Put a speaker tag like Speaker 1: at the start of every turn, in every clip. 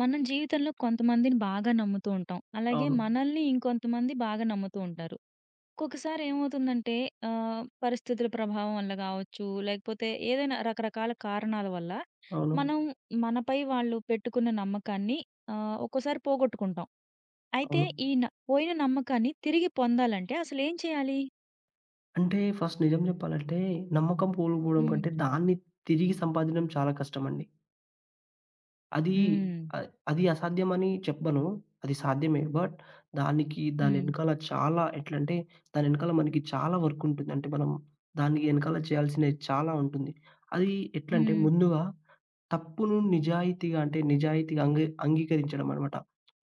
Speaker 1: మనం జీవితంలో కొంతమందిని బాగా నమ్ముతూ ఉంటాం. అలాగే
Speaker 2: అవును.
Speaker 1: మనల్ని ఇంకొంతమంది బాగా నమ్ముతూ ఉంటారు. ఒక్కొక్కసారి ఏమవుతుందంటే పరిస్థితుల ప్రభావం వల్ల గావచ్చు, లేకపోతే ఏదైనా రకరకాల కారణాల వల్ల
Speaker 2: అవును.
Speaker 1: మనం మనపై వాళ్ళు పెట్టుకున్న నమ్మకాన్ని ఒక్కోసారి పోగొట్టుకుంటాం. అయితే
Speaker 2: అవును.
Speaker 1: ఈ న పోయిన నమ్మకాన్ని తిరిగి పొందాలంటే అసలేం చేయాలి?
Speaker 2: అంటే ఫస్ట్ నిజం జెప్పాలంటే, నమ్మకం కోల్పోవడం
Speaker 1: హ్మ్.
Speaker 2: కంటే, దాన్ని తిరిగి సంపాదించడం చాలా కష్టమండి. అది
Speaker 1: హ్మ్.
Speaker 2: అ అది అసాధ్యమని చెప్పను. అది సాధ్యమే. బట్ దానికి
Speaker 1: హ్మ్.
Speaker 2: దానెనకాల చాలా ఎట్లంటే, దానెనకాల మనకి చాలా వర్కుంటుంది. అంటే, మనం దాని ఎనకాల చేయాల్సినవి చాలా ఉంటుంది. అది ఎట్లంటే
Speaker 1: హ్మ్.
Speaker 2: ముందుగా తప్పును నిజాయితీగా అంటే నిజాయితీగా అంగీకరించడం అనమాట.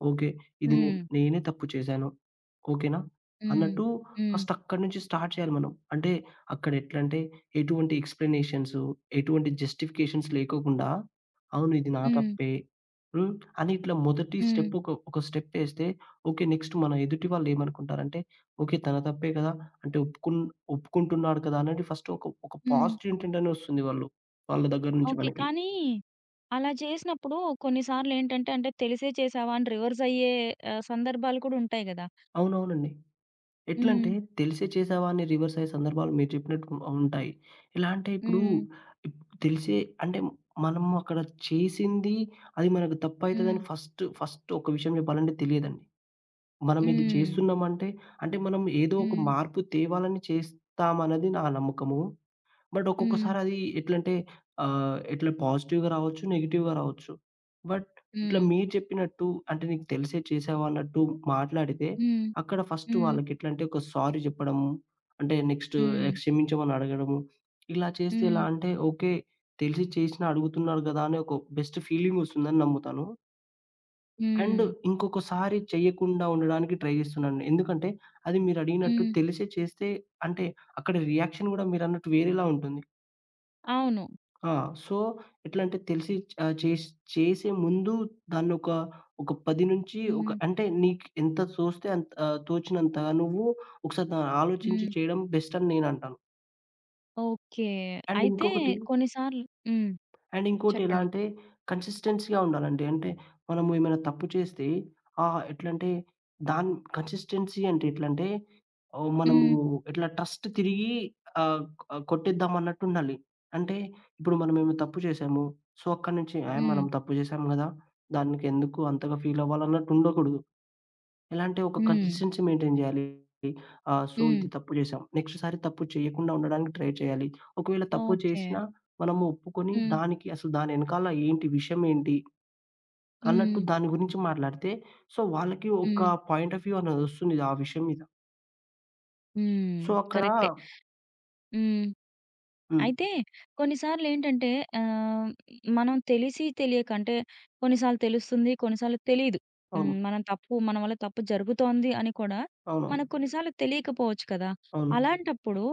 Speaker 2: ఓకే. ఇది నే
Speaker 1: హ్మ్.
Speaker 2: నేనే తప్పు చేశాను. ఓకేనా?
Speaker 1: హ్మ్.
Speaker 2: అన్నట్టు
Speaker 1: హ్మ్.
Speaker 2: ఫస్ట్ అక్కడి నుంచి స్టార్ట్ చేయాలి మనం. అంటే అక్కడ ఎట్లంటే ఎటువంటి ఎక్స్‌ప్లనేషన్స్, ఎటువంటి జస్టిఫికేషన్స్ లేకోకుండా అవును ఇది నా
Speaker 1: హ్మ్.
Speaker 2: తప్పే. హ్మ్. అని ఇట్లా మొదటి
Speaker 1: హ్మ్.
Speaker 2: స్టెప్ ఒక స్టెప్ ఏస్తే ఓకే. నెక్స్ట్ మన ఎదుటి వాళ్ళు ఏమనుకుంటారంటే ఓకే. తన తప్పే కదా! అంటే ఒప్పుకుంటున్నాడు కదా! అనేది ఫస్ట్ ఒక
Speaker 1: హ్మ్.
Speaker 2: పాజిటివ్ ఇంటెంట్ అని వస్తుంది వాళ్ళ దగ్గర నుంచి
Speaker 1: ఓకే.
Speaker 2: మనకి.
Speaker 1: కానీ, అలా చేసినప్పుడు కొన్నిసార్లేంటంటే, అంటే తెలిసే చేశావా అని రివర్స్ అయ్యే సందర్భాలు కూడా ఉంటాయి గదా!
Speaker 2: అవునవునండి.
Speaker 1: హ్మ్.
Speaker 2: ఎట్లంటే తెలిసే చేసావా అని రివర్స్ అయ్యే సందర్భాలు మీరు చెప్పినట్టు ఉంటాయి. ఎలా అంటే ఇప్పుడు
Speaker 1: హ్మ్.
Speaker 2: ఇప్ తెలిసే అంటే మనం అక్కడ చేసింది అది మనకు
Speaker 1: హ్మ్.
Speaker 2: తప్పైతదని ఫస్ట్ ఒక విషయం చెప్పాలంటే తెలియదండి. మనం ఇది
Speaker 1: హ్మ్.
Speaker 2: చేస్తున్నామంటే అంటే మనం ఏదో ఒక
Speaker 1: హ్మ్.
Speaker 2: మార్పు తేవాలని చేస్తామన్నది నా నమ్మకము. బట్
Speaker 1: హ్మ్.
Speaker 2: ఒక్కొక్కసారి అది ఎట్లంటే ఇట్లా పాజిటివ్‌గా రావచ్చు, నెగెటివ్‌గా రావచ్చు. బట్ ఇట్లా
Speaker 1: హ్మ్.
Speaker 2: మీరు చెప్పినట్టు అంటే నీకు తెలిసే చేసావా అన్నట్టు మాట్లాడితే,
Speaker 1: హ్మ్.
Speaker 2: అక్కడ ఫస్ట్
Speaker 1: హ్మ్.
Speaker 2: వాళ్ళకెట్లంటే ఒక సారీ చెప్పడము, అంటే నెక్స్ట్
Speaker 1: హ్మ్.
Speaker 2: క్షమించమని అడగడము. ఇలా చేస్తే
Speaker 1: హ్మ్.
Speaker 2: ఎలా అంటే ఓకే. తెలిసి చేసినా అడుగుతున్నారు గదా! అని ఒక బెస్ట్ ఫీలింగొస్తుందని నమ్ముతాను. అండ్
Speaker 1: హ్మ్.
Speaker 2: ఇంకొకసారి చెయ్యకుండా ఉండడానికి ట్రై చేస్తున్నాను. ఎందుకంటే అది మీరడిగినట్టు
Speaker 1: హ్మ్.
Speaker 2: తెలిసే చేస్తే అంటే అక్కడ రియాక్షన్ గూడా మీరన్నట్టు వేరేలా ఉంటుంది.
Speaker 1: అవును.
Speaker 2: ఆ! సో, ఎట్లా అంటే తెలిసి ఆహ్, చేస్ చేసే ముందు దాన్నొక ఒక 10 నుంచి ఒక
Speaker 1: హ్మ్.
Speaker 2: అంటే నీకు ఎంత తోస్తే అంత తోచినంత నువ్వు ఒకసారి దాన్ని ఆలోచించి
Speaker 1: హ్మ్.
Speaker 2: చేయడం బెస్ట్ అని నేనంటాను.
Speaker 1: ఓకే.
Speaker 2: అండ్
Speaker 1: అయితే
Speaker 2: ఇంకొకటి
Speaker 1: కొన్ని సార్లు హ్మ్.
Speaker 2: అండ్ ఇంకోటి ఎలా
Speaker 1: చెప్పండి.
Speaker 2: అంటే కన్సిస్టెన్సీగా ఉండాలండి. అంటే మనము ఏమైనా తప్పు చేస్తే ఎట్లంటే దాన్ కన్సిస్టెన్సీ అంటే ఎట్లంటే మనము
Speaker 1: హ్మ్.
Speaker 2: ఇట్లా ట్రస్ట్ తిరిగి ఆహ్, ఆహ్, కొట్టేద్దాం అన్నట్టు ఉండాలి. అంటే ఇప్పుడు మనం ఏమైనా తప్పు చేశాము. సో, అక్కడి నుంచి "ఏహ్!
Speaker 1: హ్మ్.
Speaker 2: మనం తప్పు చేశాం గదా! దానికెందుకు అంతగా ఫీల్ అవ్వాలన్నట్టు" ఉండకూడదు. ఎలా అంటే ఒక
Speaker 1: హ్మ్.
Speaker 2: కన్సిస్టెన్సీ మెయింటైన్ జేయాలి. సో,
Speaker 1: హ్మ్.
Speaker 2: ఇది తప్పు జేశాం. నెక్స్ట్ సారి తప్పు చేయకుండా ఉండడానికి ట్రై చేయాలి. ఒకవేళ తప్పు
Speaker 1: ఓకే.
Speaker 2: చేసినా మనము ఒప్పుకొని
Speaker 1: హ్మ్.
Speaker 2: దానికి అసలు దాని ఎనకాల ఏంటి, విషయం ఏంటి
Speaker 1: హ్మ్.
Speaker 2: అన్నట్టు దాని గురించి మాట్లాడితే సో, వాళ్ళకి ఒక
Speaker 1: హ్మ్.
Speaker 2: పాయింట్ ఆఫ్ వ్యూ అనేదొస్తుంది ఆ విషయం మీద.
Speaker 1: హ్మ్.
Speaker 2: సో, అక్కడ
Speaker 1: కరెక్టే. హ్మ్.
Speaker 2: హ్మ్.
Speaker 1: అయితే కొన్నిసార్లేంటంటే ఆహ్, మనం తెలిసి తెలియక అంటే కొన్నిసార్లు తెలుస్తుంది. కొన్నిసార్లు తెలీదు.
Speaker 2: అవును.
Speaker 1: హ్మ్. మనం తప్పు మన వల్ల తప్పు జరుగుతోంది అని కూడా
Speaker 2: అవునవును.
Speaker 1: మనకు కొన్నిసార్లు తెలియకపోవచ్చు కదా!
Speaker 2: అవును.
Speaker 1: అలాంటప్పుడు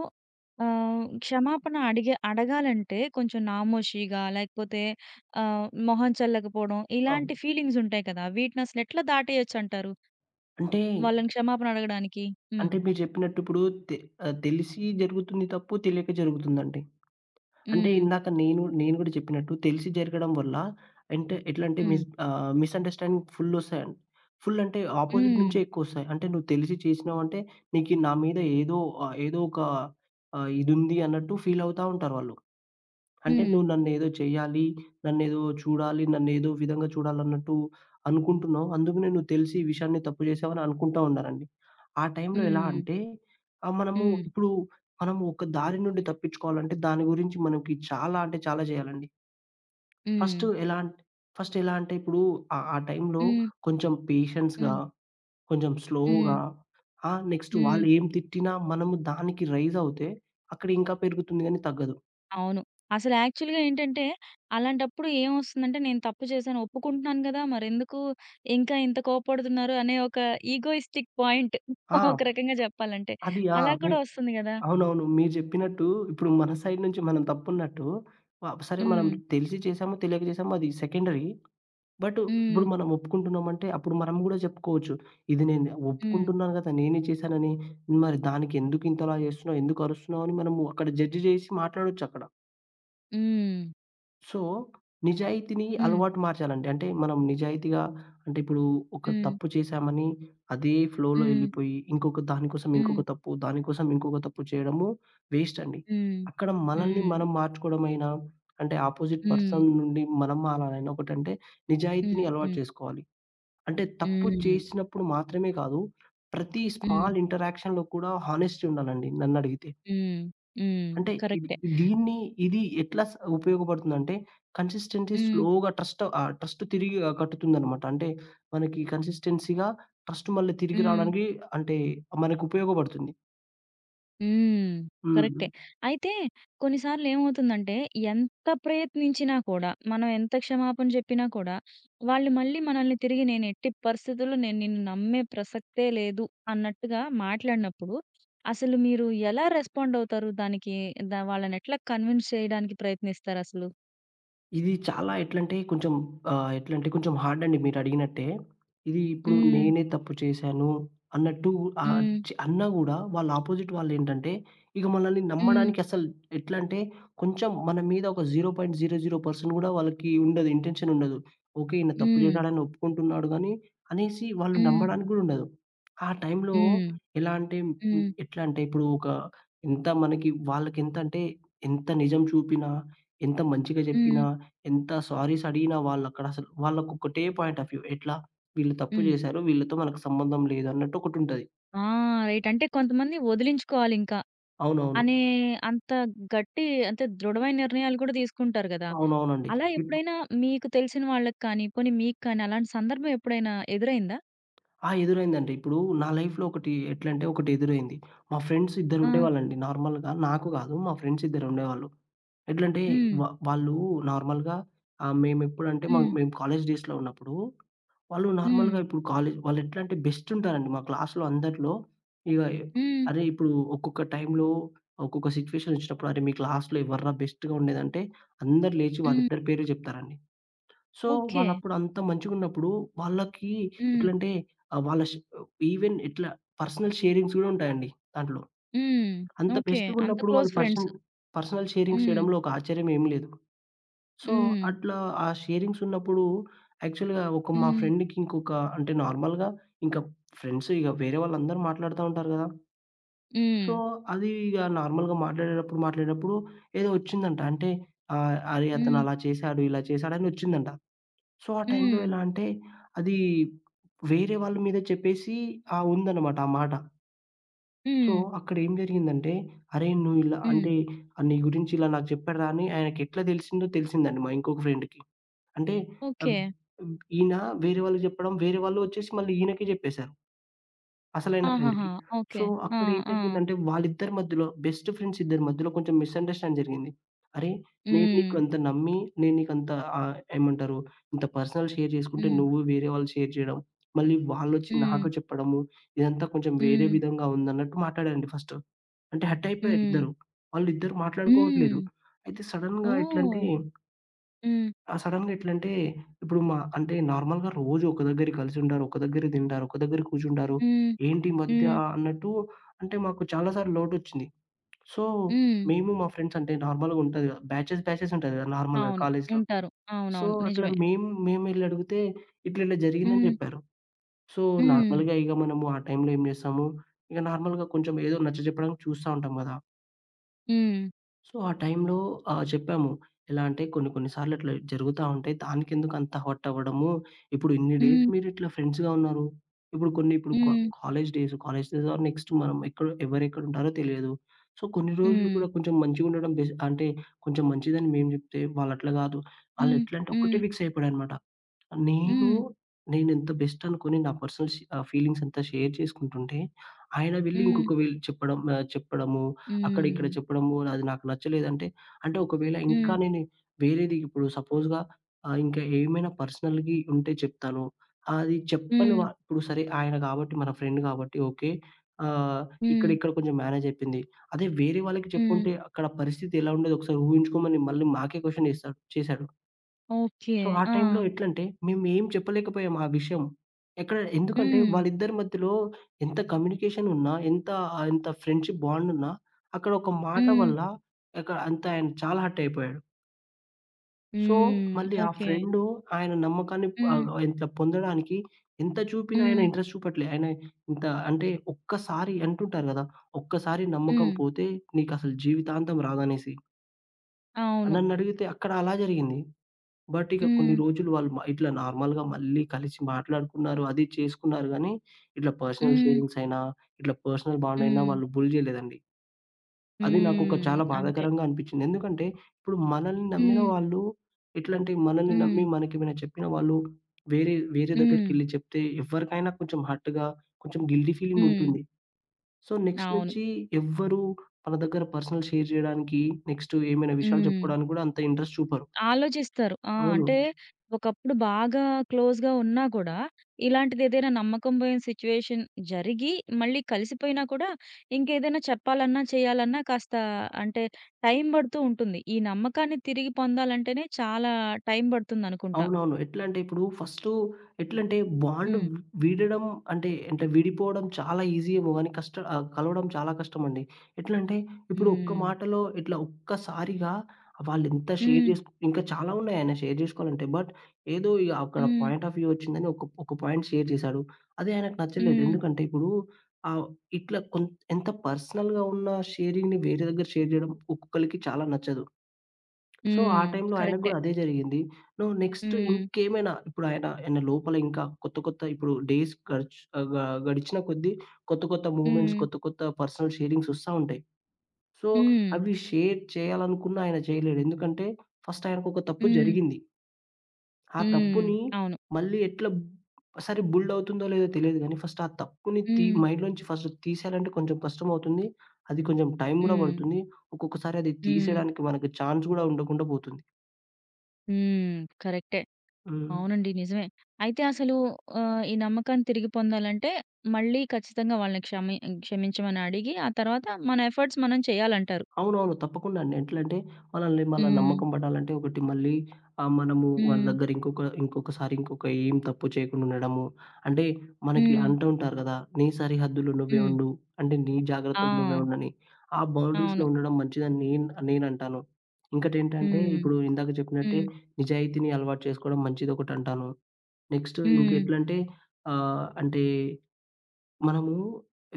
Speaker 1: క్షమాపణ అడగాలంటే కొంచెం నామోషీగా లేకపోతే మొహం చల్లకపోవడం ఇలాంటి
Speaker 2: అవును.
Speaker 1: ఫీలింగ్స్ ఉంటాయి కదా! వీటిని అసలు ఎట్లా దాటేయొచ్చంటారు?
Speaker 2: అంటే,
Speaker 1: వాళ్ళని క్షమాపణ అడగడానికి? హ్మ్.
Speaker 2: అంటే మీరు జెప్పినట్టు ఇప్పుడు తె తెలిసి జరుగుతుంది తప్పు, తెలియక జరుగుతుందండి. అంటే
Speaker 1: హ్మ్.
Speaker 2: ఇందాక నేను నేను గూడా చెప్పినట్టు తెలిసి జరగడం వల్ల అంటే ఎట్లంటే
Speaker 1: హ్మ్.
Speaker 2: మిస్‌అండర్‌స్టాండింగ్ ఫుల్లొస్తాయండి. ఫుల్ అంటే ఆపోజిట్
Speaker 1: హ్మ్.
Speaker 2: నుంచే ఎక్కువొస్తాయి. అంటే నువ్వు తెలిసి చేసినావంటే నీకు నా మీద ఏదో ఆహ్, ఏదో ఒక ఆహ్, ఇదుంది అన్నట్టు ఫీలవుతా ఉంటారు వాళ్ళు. అంటే
Speaker 1: హ్మ్.
Speaker 2: నువ్వు నన్నేదో చెయ్యాలి, నన్నేదో చూడాలి, నన్నేదో విధంగా చూడాలన్నట్టు అనుకుంటున్నావు. అందుకనే నువ్వు తెలిసి ఈ విషయాన్ని తప్పు చేశావని అనుకుంటా ఉన్నారండి. ఆ టైంలో ఎలా
Speaker 1: హ్మ్.
Speaker 2: అంటే ఆహ్, మనము
Speaker 1: హ్మ్.
Speaker 2: ఇప్పుడు మనము ఒక దారి నుండి తప్పించుకోవాలంటే దాని గురించి మనకి చాలా అంటే చాలా చేయాలండి.
Speaker 1: హ్మ్.
Speaker 2: ఫస్ట్ ఎలా అంటే ఫస్ట్ ఎలా అంటే ఇప్పుడు ఆ టైంలో
Speaker 1: హ్మ్.
Speaker 2: కొంచెం పేషెన్స్‌గా,
Speaker 1: హ్మ్.
Speaker 2: కొంచెం
Speaker 1: హ్మ్.
Speaker 2: స్లోగా ఆ! నెక్స్ట్ వాళ్ళు
Speaker 1: హ్మ్.
Speaker 2: ఏం తిట్టినా మనము దానికి రైజ్ అవుతే అక్కడ ఇంకా పెరుగుతుంది గానీ తగ్గదు.
Speaker 1: అవును. అసలు యాక్చువల్‌గా ఏంటంటే, అలాంటప్పుడు ఏమొస్తుందంటే, నేను తప్పు చేశాను ఒప్పుకుంటున్నాను గదా! మరెందుకు ఇంకా ఇంత కోప్పడుతున్నారు అనే ఒక ఈగోయిస్టిక్ పాయింట్
Speaker 2: ఆ!
Speaker 1: ఒక రకంగా జెప్పాలంటే.
Speaker 2: అది ఆ!
Speaker 1: అలా
Speaker 2: మే
Speaker 1: కూడా వస్తుంది గదా!
Speaker 2: అవునవును. మీరు జెప్పినట్టు ఇప్పుడు మన సైడ్ నుంచి మనం తప్పున్నట్టు సరే మనం
Speaker 1: హ్మ్.
Speaker 2: తెలిసి చేసామో, తెలియక చేసామో అది సెకండరీ. బట్
Speaker 1: హ్మ్.
Speaker 2: ఇప్పుడు మనం ఒప్పుకుంటున్నామంటే అప్పుడు మనం గూడా జెప్పుకోవచ్చు. ఇది నేను
Speaker 1: హ్మ్.
Speaker 2: ఒప్పుకుంటున్నాను గదా! నేనే చేశానని. మరి దానికి ఎందుకు ఇంతలా జేస్తున్నావు? ఎందుకు అరుస్తున్నావు? అని మనము అక్కడ జడ్జ్ జేసి మాట్లాడొచ్చక్కడ.
Speaker 1: హ్మ్.
Speaker 2: సో, నిజాయితీని
Speaker 1: హ్మ్.
Speaker 2: అలవాటు మార్చాలండి. అంటే మనం నిజాయితీగా అంటే ఇప్పుడు ఒక
Speaker 1: హ్మ్.
Speaker 2: తప్పు చేశామని అదే ఫ్లోలో
Speaker 1: హ్మ్.
Speaker 2: ఎళ్ళిపోయి, ఇంకొక దానికోసం
Speaker 1: హ్మ్.
Speaker 2: ఇంకొక తప్పు, దానికోసం ఇంకొక తప్పు చేయడము వేస్ట్ అండి.
Speaker 1: హ్మ్.
Speaker 2: అక్కడ మనల్ని
Speaker 1: హ్మ్.
Speaker 2: మనం మార్చుకోవడమైనా, అంటే ఆపోజిట్
Speaker 1: హ్మ్.
Speaker 2: పర్సన్ నుండి మనం మారాలైనా ఒకటంటే
Speaker 1: హ్మ్.
Speaker 2: నిజాయితీని అలవాటు
Speaker 1: హ్మ్.
Speaker 2: చేసుకోవాలి. అంటే తప్పు
Speaker 1: హ్మ్.
Speaker 2: చేసినప్పుడు మాత్రమే కాదు, ప్రతి
Speaker 1: హ్మ్.
Speaker 2: స్మాల్ ఇంటరాక్షన్‌లో కూడా హానెస్టీ ఉండాలండి నన్నడిగితే.
Speaker 1: హ్మ్. హ్మ్.
Speaker 2: అంటే ఇది
Speaker 1: కరెక్టే.
Speaker 2: దీన్ని ఇది ఎట్లా స ఉపయోగపడుతుందంటే కన్సిస్టెన్సీ
Speaker 1: హ్మ్.
Speaker 2: స్లోగా ట్రస్ట్ తిరిగి కట్టుతుందనమాట. అంటే మనకి కన్సిస్టెన్సీ‌గా ట్రస్ట్ మళ్ళీ తిరిగి
Speaker 1: హ్మ్.
Speaker 2: రావడానికి అంటే మనకు ఉపయోగపడుతుంది.
Speaker 1: హ్మ్.
Speaker 2: హ్మ్.
Speaker 1: కరెక్టే. అయితే కొన్నిసార్లు ఏమవుతుందంటే, ఎంత ప్రయత్నించినా కూడా, మనం ఎంత క్షమాపణ చెప్పినా కూడా, వాళ్ళు మళ్ళీ మనల్ని తిరిగి నేను ఎట్టి పరిస్థితుల్లో నేను నిన్ను నమ్మే ప్రసక్తే లేదు అన్నట్టుగా మాట్లాడినప్పుడు, అసలు మీరు ఎలా రెస్పాండ్ అవుతారు? దానికి వాళ్ళని ఎట్లా కన్విన్స్ చేయడానికి ప్రయత్నిస్తారసలు?
Speaker 2: ఇది చాలా ఎట్లంటే కొంచెం ఎట్లంటే కొంచెం హార్డ్ అండి మీరడిగినట్టే. ఇది ఇప్పుడు
Speaker 1: హ్మ్.
Speaker 2: నేనే తప్పు చేశాను అన్నట్టు ఆహ్,
Speaker 1: హ్మ్.
Speaker 2: చ్ అన్నా గూడా వాళ్ళ అపోజిట్ వాళ్ళేంటంటే, ఇక మనల్ని
Speaker 1: హ్మ్.
Speaker 2: నమ్మడానికి అసలు ఎట్లంటే కొంచెం మన మీద ఒక 0.00% గూడా వాళ్ళకి ఉండదు. ఇంటెన్షన్ ఉండదు. ఓకే. ఈయన తప్పు
Speaker 1: హ్మ్.
Speaker 2: చేశాడని ఒప్పుకుంటున్నాడు గానీ అనేసి వాళ్ళు
Speaker 1: హ్మ్.
Speaker 2: నమ్మడానికి గూడా ఉండదు. ఆ టైంలో
Speaker 1: హ్మ్.
Speaker 2: ఎలా అంటే
Speaker 1: హ్మ్.
Speaker 2: ఎట్లా అంటే ఇప్పుడు ఒక ఎంత మనకి వాళ్ళకెంతంటే ఎంత అంటే ఎంత నిజం చూపినా, ఎంత మంచిగా
Speaker 1: హ్మ్.
Speaker 2: జెప్పినా ఎంత సారీస్ అడిగినా వాళ్ళకొకటే పాయింట్ ఆఫ్ వ్యూ. ఎట్లా? వీళ్ళు తప్పు
Speaker 1: హ్మ్.
Speaker 2: జేశారు. వీళ్ళతో మనకు సంబంధం లేదు అన్నట్టు ఒకటుంటది.
Speaker 1: ఆ! రైట్. అంటే కొంతమంది వదిలించుకోవాలింక.
Speaker 2: అవునవును.
Speaker 1: అనే అంత గట్టి అంటే దృఢమైన నిర్ణయాలు కూడా తీసుకుంటారు గదా!
Speaker 2: అవునవునండి.
Speaker 1: అలా
Speaker 2: ఇ
Speaker 1: ఎప్పుడైనా మీకు తెలిసిన వాళ్ళకి కానీ, పోనీ మీకు కానీ అలాంటి సందర్భం ఎప్పుడైనా ఎదురైందా?
Speaker 2: ఆ! ఎదురైందండి. ఇప్పుడు నా లైఫ్‌లో ఒకటి ఎట్లంటే ఒకటి ఎదురైంది. మా ఫ్రెండ్స్
Speaker 1: ఆ!
Speaker 2: ఇద్దరుండేవాళ్ళండి నార్మల్‌గా. నాకు గాదు మా ఫ్రెండ్స్ ఇద్దరుండేవాళ్ళు. ఎట్లంటే
Speaker 1: హ్మ్.
Speaker 2: వాళ్ళు నార్మల్‌గా ఆహ్, మేమెప్పుడంటే మా
Speaker 1: హ్మ్.
Speaker 2: మేము కాలేజ్ డేస్‌లో ఉన్నప్పుడు, వాళ్ళు
Speaker 1: హ్మ్.
Speaker 2: నార్మల్‌గా ఇప్పుడు కాలేజ్ వాళ్ళెట్లంటే బెస్ట్ ఉంటారండి మా క్లాస్‌లో అందరిలో. ఇగ
Speaker 1: హ్మ్.
Speaker 2: అరే! ఇప్పుడు ఒక్కొక్క టైంలో ఒక్కొక్క సిట్యుయేషన్ ఒచ్చినప్పుడు, "అరే! మీ క్లాస్‌లో ఎవర్రా బెస్ట్‌గా ఉండేదంటే" అందరూ లేచి
Speaker 1: హ్మ్.
Speaker 2: వాళ్ళిద్దరి పేర్లు జెప్తారండి. So,
Speaker 1: okay.
Speaker 2: వాళ్ళప్పుడు అంత మంచిగున్నప్పుడు వాళ్ళకి
Speaker 1: హ్మ్.
Speaker 2: ఎట్లంటే ఆహ్, వాళ్ళ ష్ ఈవెన్ ఇట్లా పర్సనల్ షేరింగ్స్ గూడా ఉంటాయండి దాంట్లో.
Speaker 1: హ్మ్.
Speaker 2: అంత
Speaker 1: ఓకే. అంత
Speaker 2: బెస్ట్‌గున్నప్పుడు
Speaker 1: క్లోజ్
Speaker 2: వాళ్ళు
Speaker 1: ఫ్రెండ్స్.
Speaker 2: పర్సన్ పర్సనల్ షేరింగ్స్
Speaker 1: హ్మ్.
Speaker 2: చేయడంలో ఒక ఆశ్చర్యం ఏమి లేదు. సో,
Speaker 1: హ్మ్.
Speaker 2: అట్లా ఆ షేరింగ్స్ ఉన్నప్పుడు యాక్చువల్‌గా ఒక మా
Speaker 1: హ్మ్.
Speaker 2: ఫ్రెండ్‌కి ఇంకొక అంటే నార్మల్‌గా ఇంకా ఫ్రెండ్స్ ఇగ వేరే వాళ్ళందరూ మాట్లాడుతా ఉంటారు గదా!
Speaker 1: హ్మ్.
Speaker 2: సో, అది ఇగ నార్మల్‌గా మాట్లాడేటప్పుడు ఏదో ఒచ్చిందంట. అంటే అరే! అతను
Speaker 1: హ్మ్.
Speaker 2: అలా చేశాడు, ఇలా చేశాడని ఒచ్చిందంట. సో, ఆ టైంలో
Speaker 1: హ్మ్.
Speaker 2: ఎలా అంటే, అది వేరే వాళ్ళ మీద చెప్పేసి ఆ! ఉందనమాట ఆ మాట. సో,
Speaker 1: హ్మ్.
Speaker 2: అక్కడ ఏం జరిగిందంటే, "అరేయ్! నువ్వు ఇలా
Speaker 1: హ్మ్.
Speaker 2: అంటే నీ గురించి ఇలా నాకు చెప్పాడురా" అని ఆయనకెట్లా తెలిసిందో తెలిసిందండి మా ఇంకొక ఫ్రెండ్‌కి. అంటే
Speaker 1: ఓకే.
Speaker 2: ఆహ్, ఈయన వేరే వాళ్ళకి చెప్పడం, వేరే వాళ్ళు వచ్చేసి మళ్ళీ ఈయనకే చెప్పేసారు. అసలైన
Speaker 1: ఆహాహా!
Speaker 2: ఫ్రెండ్‌కి.
Speaker 1: ఓకే.
Speaker 2: సో,
Speaker 1: ఆ!
Speaker 2: అక్కడేం
Speaker 1: ఆ!
Speaker 2: జరిగిందంటే, వాళ్ళిద్దరి మధ్యలో బెస్ట్ ఫ్రెండ్స్ ఇద్దరి మధ్యలో కొంచెం మిస్‌అండర్‌స్టాండ్ జరిగింది. అరే! నేను
Speaker 1: హ్మ్.
Speaker 2: నీకు అంత నమ్మి, నేను నీకంత ఏమంటారు, ఇంత పర్సనల్ షేర్ చేసుకుంటే,
Speaker 1: హ్మ్.
Speaker 2: నువ్వు వేరే వాళ్ళు షేర్ చేయడం, మళ్ళీ వాళ్ళొచ్చి
Speaker 1: హ్మ్.
Speaker 2: నాకు చెప్పడము, ఇదంతా కొంచెం వేరే
Speaker 1: హ్మ్.
Speaker 2: విధంగా ఉందన్నట్టు మాట్లాడారండి ఫస్ట్. అంటే హర్ట్ అయిపోయారు
Speaker 1: హ్మ్.
Speaker 2: ఇద్దరు. వాళ్ళిద్దరు
Speaker 1: హ్మ్.
Speaker 2: మాట్లాడుకోవట్లేదు. అయితే సడెన్‌గా
Speaker 1: ఓహ్!
Speaker 2: ఎట్లంటే
Speaker 1: హ్మ్.
Speaker 2: ఆ! సడెన్‌గా ఎట్లంటే, ఇప్పుడు మా అంటే నార్మల్‌గా రోజు ఒక దగ్గర కలిసుంటారు, ఒక దగ్గర తింటారు, ఒక దగ్గర కూర్చుంటారు.
Speaker 1: హ్మ్.
Speaker 2: ఏంటి ఈ మధ్య
Speaker 1: హ్మ్.
Speaker 2: అన్నట్టు అంటే మాకు చాలా సార్లు లోటొచ్చింది. సో,
Speaker 1: హ్మ్.
Speaker 2: మా ఫ్రెండ్స్ అంటే నార్మల్‌గా ఉంటది కదా! బ్యాచెస్ బ్యాచెస్ ఉంటది కదా! నార్మల్‌గా
Speaker 1: అవును.
Speaker 2: కాలేజ్‌లో.
Speaker 1: ఉంటారు.
Speaker 2: సో,
Speaker 1: అవునవును.
Speaker 2: అట్లా
Speaker 1: నిజమే.
Speaker 2: మేమెళ్లి అడిగితే ఇట్లా ఇట్లా జరిగిందని
Speaker 1: హ్మ్.
Speaker 2: చెప్పారు. సో,
Speaker 1: హ్మ్.
Speaker 2: నార్మల్‌గా ఇక మనము ఆ టైంలో ఏం చేస్తాము, ఇక నార్మల్‌గా కొంచెం ఏదో నచ్చజెప్పడానికి చూస్తా ఉంటాం కదా!
Speaker 1: హ్మ్.
Speaker 2: సో, ఆ టైంలో చెప్పాము. ఎలా అంటే కొన్ని కొన్ని సార్లు అట్లా జరుగుతా ఉంటాయి. దానికెందుకు అంత హర్ట్ అవ్వడము. ఇప్పుడు ఇన్ని డేస్
Speaker 1: హ్మ్.
Speaker 2: మీరిట్లా ఫ్రెండ్స్‌గా ఉన్నారు. ఇప్పుడు కొన్ని ఇప్పుడు కా
Speaker 1: హ్మ్.
Speaker 2: College days, college days are next మనం ఎక్కడ ఎవరెక్కడుంటారో తెలియదు. సో, కొన్ని రోజులు
Speaker 1: హ్మ్.
Speaker 2: కూడా కొంచెం మంచిగుండడం బెస్ అంటే కొంచెం మంచిదని మేము జెప్తే వాళ్ళట్లా గాదు.
Speaker 1: హ్మ్.
Speaker 2: ఆళ్ళెట్లంటే
Speaker 1: హ్మ్.
Speaker 2: ఒక్కటే ఫిక్స్ అయిపోయాడనమాట. నేను,
Speaker 1: హ్మ్.
Speaker 2: నేనెంత బెస్ట్ అనుకోని నా ఫీలింగ్స్ అంతా షేర్ చేసుకుంటుంటే, ఆయన వెళ్లి
Speaker 1: హ్మ్.
Speaker 2: ఇంకొక వీళ్ళు చెప్పడం చెప్పడము, అక్కడ ఇక్కడ
Speaker 1: హ్మ్.
Speaker 2: చెప్పడము, అది నాకు నచ్చలేదంటే, అంటే ఒకవేళ ఇంకా
Speaker 1: హ్మ్.
Speaker 2: నేను వేరేది ఇప్పుడు సపోజ్‌గా ఇంకా ఏమైనా పర్సనల్‌వి ఉంటే చెప్తాను. అది చెప్పని
Speaker 1: హ్మ్.
Speaker 2: వా ఇప్పుడు సరే ఆయన కాబట్టి మన ఫ్రెండ్ కాబట్టి ఓకే. ఆహ్,
Speaker 1: హ్మ్.
Speaker 2: ఇక్కడ కొంచెం మేనేజ్ అయిపోయింది. అదే వేరే వాళ్ళకి
Speaker 1: హ్మ్.
Speaker 2: చెప్పుంటే అక్కడ పరిస్థితి ఎలా ఉండేదో ఒకసారి ఊహించుకోమని మళ్ళీ మాకే క్వెషన్ చేశాడు.
Speaker 1: ఓకే.
Speaker 2: సో, ఆ
Speaker 1: ఆ!
Speaker 2: టైంలో ఎట్లంటే, మేము ఏం చెప్పలేకపోయాం ఆ విషయం. ఎందుకంటే,
Speaker 1: హ్మ్.
Speaker 2: వాళ్ళిద్దరి మధ్యలో ఎంత కమ్యూనికేషన్ ఉన్నా, ఎంత ఫ్రెండ్‌షిప్ బాండ్ ఉన్నా, అక్కడ ఒక మాట
Speaker 1: హ్మ్.
Speaker 2: వల్ల అక్కడ అంతా ఆయన చాలా హర్ట్ అయిపోయాడు. సో,
Speaker 1: హ్మ్.
Speaker 2: మళ్ళీ ఆ
Speaker 1: ఓకే.
Speaker 2: ఫ్రెండు ఆయన
Speaker 1: హ్మ్.
Speaker 2: ఇట్లా పొందడానికి ఎంత చూపినా ఆయన
Speaker 1: హ్మ్.
Speaker 2: ఇంట్రెస్ట్ చూపట్లే. ఆయన ఇంత అంటే ఒక్కసారి అంటుంటారు గదా! ఒక్కసారి నమ్మకం
Speaker 1: హ్మ్.
Speaker 2: పోతే నీకసలు జీవితాంతం రాదనేసి.
Speaker 1: అవును.
Speaker 2: నన్నడిగితే అక్కడ అలా జరిగింది. బట్ ఇక కొన్ని
Speaker 1: హ్మ్.
Speaker 2: రోజులు వాళ్ళు మ ఇట్లా నార్మల్‌గా మళ్ళీ కలిసి మాట్లాడుకున్నారు. అది చేసుకున్నారు గానీ, ఇట్లా పర్సనల్
Speaker 1: హ్మ్.
Speaker 2: షేరింగ్స్ అయినా, ఇట్లా పర్సనల్ బాండ్ అయినా
Speaker 1: హ్మ్.
Speaker 2: వాళ్ళు బుల్ జేయలేదండి. అది నాకొక
Speaker 1: హ్మ్.
Speaker 2: చాలా
Speaker 1: అంతే.
Speaker 2: బాధాకరంగా అనిపిచ్చింది. ఎందుకంటే, ఇప్పుడు మనల్ని నమ్మిన
Speaker 1: హ్మ్.
Speaker 2: వాళ్ళు ఎట్లంటే, మనల్ని
Speaker 1: హ్మ్.
Speaker 2: నమ్మి మనకేమైనా చెప్పిన వాళ్ళు వేరే వేరే
Speaker 1: హ్మ్.
Speaker 2: దగ్గరికెళ్లి చెప్తే ఎవరికైనా కొంచెం హర్ట్‌గా, కొంచెం గిల్టీ ఫీలింగ్
Speaker 1: హ్మ్.
Speaker 2: ఉంటుంది. సో, నెక్స్ట్
Speaker 1: అవును.
Speaker 2: నుంచి ఎవ్వరు మన దగ్గర పర్సనల్ షేర్ జేయడానికి, నెక్స్ట్ ఏమైనా విషయాలు
Speaker 1: హ్మ్.
Speaker 2: చెప్పుకోవడానికి గూడా అంత ఇంట్రెస్ట్ చూపరు.
Speaker 1: ఆలోచిస్తారు. ఆ!
Speaker 2: అవును.
Speaker 1: అంటే ఒకప్పుడు బాగా క్లోజ్‌గా ఉన్నా కూడా, ఇలాంటిదేదైనా నమ్మకం పోయిన సిట్యుయేషన్ జరిగి, మళ్ళీ కలిసిపోయినా కూడా, ఇంకేదైనా చెప్పాలన్నా, చేయాలన్నా కాస్త అంటే టైం పడుతూ ఉంటుంది. ఈ నమ్మకాన్ని తిరిగి పొందాలంటేనే చాలా టైం పడుతుందనుకుంటా.
Speaker 2: అవునవును. ఎట్లా అంటే ఇప్పుడు ఫస్టు ఎట్లంటే బాండ్
Speaker 1: హ్మ్.
Speaker 2: వీడడం అంటే విడిపోవడం చాలా ఈజీ ఏమో గానీ కలవడం చాలా కష్టమండి. ఎట్లంటే ఇప్పుడు ఒక్క
Speaker 1: హ్మ్.
Speaker 2: మాటలో ఇట్లా ఒక్కసారిగా వాళ్ళెంత షేర్
Speaker 1: హ్మ్.
Speaker 2: చేసుకు ఇంకా చాలా ఉన్నాయి ఆయన షేర్ జేసుకోవాలంటే. బట్ ఏదో ఇగ అక్కడ
Speaker 1: హ్మ్.
Speaker 2: పాయింట్ ఆఫ్ వ్యూ వచ్చిందని ఒక పాయింట్ షేర్ చేశాడు. అదే ఆయనకు నచ్చలేదు.
Speaker 1: హ్మ్.
Speaker 2: ఎందుకంటే ఇప్పుడు ఆహ్, ఇట్లా కొం ఎంత పర్సనల్‌గా ఉన్న షేరింగ్‌ని వేరే దగ్గర షేర్ జేయడం ఒక్కొక్కళ్ళకి చాలా నచ్చదు. సో, ఆ
Speaker 1: హ్మ్.
Speaker 2: టైంలో ఆయనకు
Speaker 1: కరెక్టే.
Speaker 2: గూడా అదే జరిగింది. నువ్వు నెక్స్ట్
Speaker 1: హ్మ్.
Speaker 2: ఇంకేమైనా ఇప్పుడు ఆయన ఆయన లోపల ఇంకా కొత్త కొత్త ఇప్పుడు డేస్ గడిచ్ ఆహ్, గ గడిచిన కొద్దీ కొత్త కొత్త మూవ్‌మెంట్స్,
Speaker 1: హ్మ్.
Speaker 2: కొత్త కొత్త పర్సనల్ షేరింగ్స్ ఒస్తా ఉంటాయి. సో,
Speaker 1: హ్మ్.
Speaker 2: అవి షేర్ చేయాలనుకున్నా ఆయన చేయలేడు. ఎందుకంటే ఫస్ట్ ఆయనకొక తప్పు
Speaker 1: హ్మ్.
Speaker 2: జరిగింది. ఆ
Speaker 1: హ్మ్.
Speaker 2: తప్పుని
Speaker 1: అవును.
Speaker 2: మళ్ళీ సరే బుల్డ్ అవుతుందో లేదో తెలియదు గానీ ఫస్ట్ ఆ తప్పుని
Speaker 1: హ్మ్.
Speaker 2: మైండ్‌లోంచి ఫస్ట్ తీసేయాలంటే కొంచెం కష్టమవుతుంది. అది కొంచెం టైం గూడా
Speaker 1: హ్మ్.
Speaker 2: పడుతుంది. ఒక్కొక్కసారి అది
Speaker 1: హ్మ్.
Speaker 2: తీసేయడానికి మనకి ఛాన్స్ గూడా ఉండకుండా పోతుంది.
Speaker 1: హ్మ్. కరెక్టే.
Speaker 2: హ్మ్.
Speaker 1: అవునండి. నిజమే. అయితే అసలు ఈ నమ్మకాన్ని తిరిగి పొందాలంటే మళ్ళీ ఖచ్చితంగా వాళ్ళని క్షమించమని అడిగి, ఆ తర్వాత మన ఎఫర్ట్స్ మనం చేయాలంటారు.
Speaker 2: అవునవును. తప్పకుండా అండి. ఎట్లంటే మనల్ని మళ్ళా
Speaker 1: హ్మ్.
Speaker 2: నమ్మకం పట్టాలంటే ఒకటి మళ్ళీ మనము వాళ్ళ
Speaker 1: హ్మ్.
Speaker 2: దగ్గర ఇంకొకసారి ఇంకొక ఏం తప్పు చేయకుండా ఉండడము. అంటే మనకి
Speaker 1: హ్మ్.
Speaker 2: అంటూ ఉంటారు గదా! నీ సరిహద్దులు నువ్వే
Speaker 1: హ్మ్.
Speaker 2: ఉండు. అంటే నీ జాగ్రత్తలు నువ్వే
Speaker 1: ఆ!
Speaker 2: ఉండని. ఆ బౌండరీస్‌లో
Speaker 1: అవును.
Speaker 2: ఉండడం మంచిదని నేనంటాను. ఇంకటేంటంటే
Speaker 1: హ్మ్.
Speaker 2: ఇప్పుడు ఇందాక చెప్పినట్టే
Speaker 1: హ్మ్.
Speaker 2: నిజాయితీని అలవాటు చేసుకోవడం మంచిదొకటంటాను. నెక్స్ట్
Speaker 1: హ్మ్.
Speaker 2: ఇంకెట్లంటే ఆహ్, అంటే మనము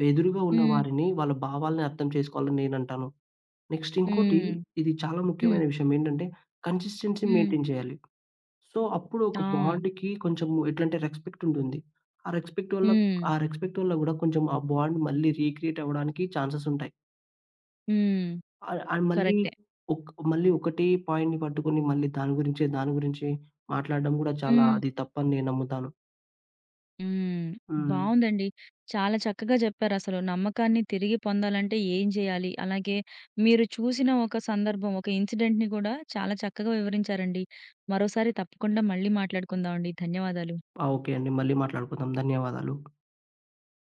Speaker 2: ఎదురుగా ఉన్న
Speaker 1: హ్మ్.
Speaker 2: వారిని వాళ్ళ భావాల్ని అర్థం చేసుకోవాలని నేనంటాను. నెక్స్ట్ ఇంకోటి
Speaker 1: హ్మ్.
Speaker 2: ఇది చాలా
Speaker 1: హ్మ్.
Speaker 2: ముఖ్యమైన విషయం ఏంటంటే, కన్సిస్టెన్సీ
Speaker 1: హ్మ్.
Speaker 2: మెయింటైన్ చేయాలి. సో, అప్పుడు ఒక
Speaker 1: ఆ!
Speaker 2: బాండ్‌కి కొంచెం ఎట్లంటే రెస్పెక్ట్ ఉంటుంది. ఆ రెస్పెక్ట్ వల్ల
Speaker 1: హ్మ్.
Speaker 2: ఆ రెస్పెక్ట్ వల్ల గూడా కొంచెం ఆ బాండ్ మళ్ళీ రీక్రియేట్ అవ్వడానికి ఛాన్సెస్ ఉంటాయి.
Speaker 1: హ్మ్.
Speaker 2: ఆహ్, ఆహ్, మళ్ళీ
Speaker 1: కరెక్టే.
Speaker 2: ఒక్ మళ్ళీ ఒకటే పాయింట్‌ని పట్టుకొని మళ్ళీ దాని గురించే మాట్లాడడం గూడా చాలా
Speaker 1: హ్మ్.
Speaker 2: అది తప్పని నేను నమ్ముతాను.
Speaker 1: హ్మ్.
Speaker 2: హ్మ్.
Speaker 1: బావుందండి. చాలా చక్కగా చెప్పారసలు. నమ్మకాన్ని తిరిగి పొందాలంటే ఏం చేయాలి? అలాగే మీరు చూసిన ఒక సందర్భం, ఒక ఇన్సిడెంట్‌ని కూడా చాలా చక్కగా వివరించారండి. మరోసారి తప్పకుండా మళ్ళీ మాట్లాడుకుందామండి. ధన్యవాదాలు.
Speaker 2: ఆ! ఓకే అండి. మళ్ళీ మాట్లాడుకుందాం. ధన్యవాదాలు.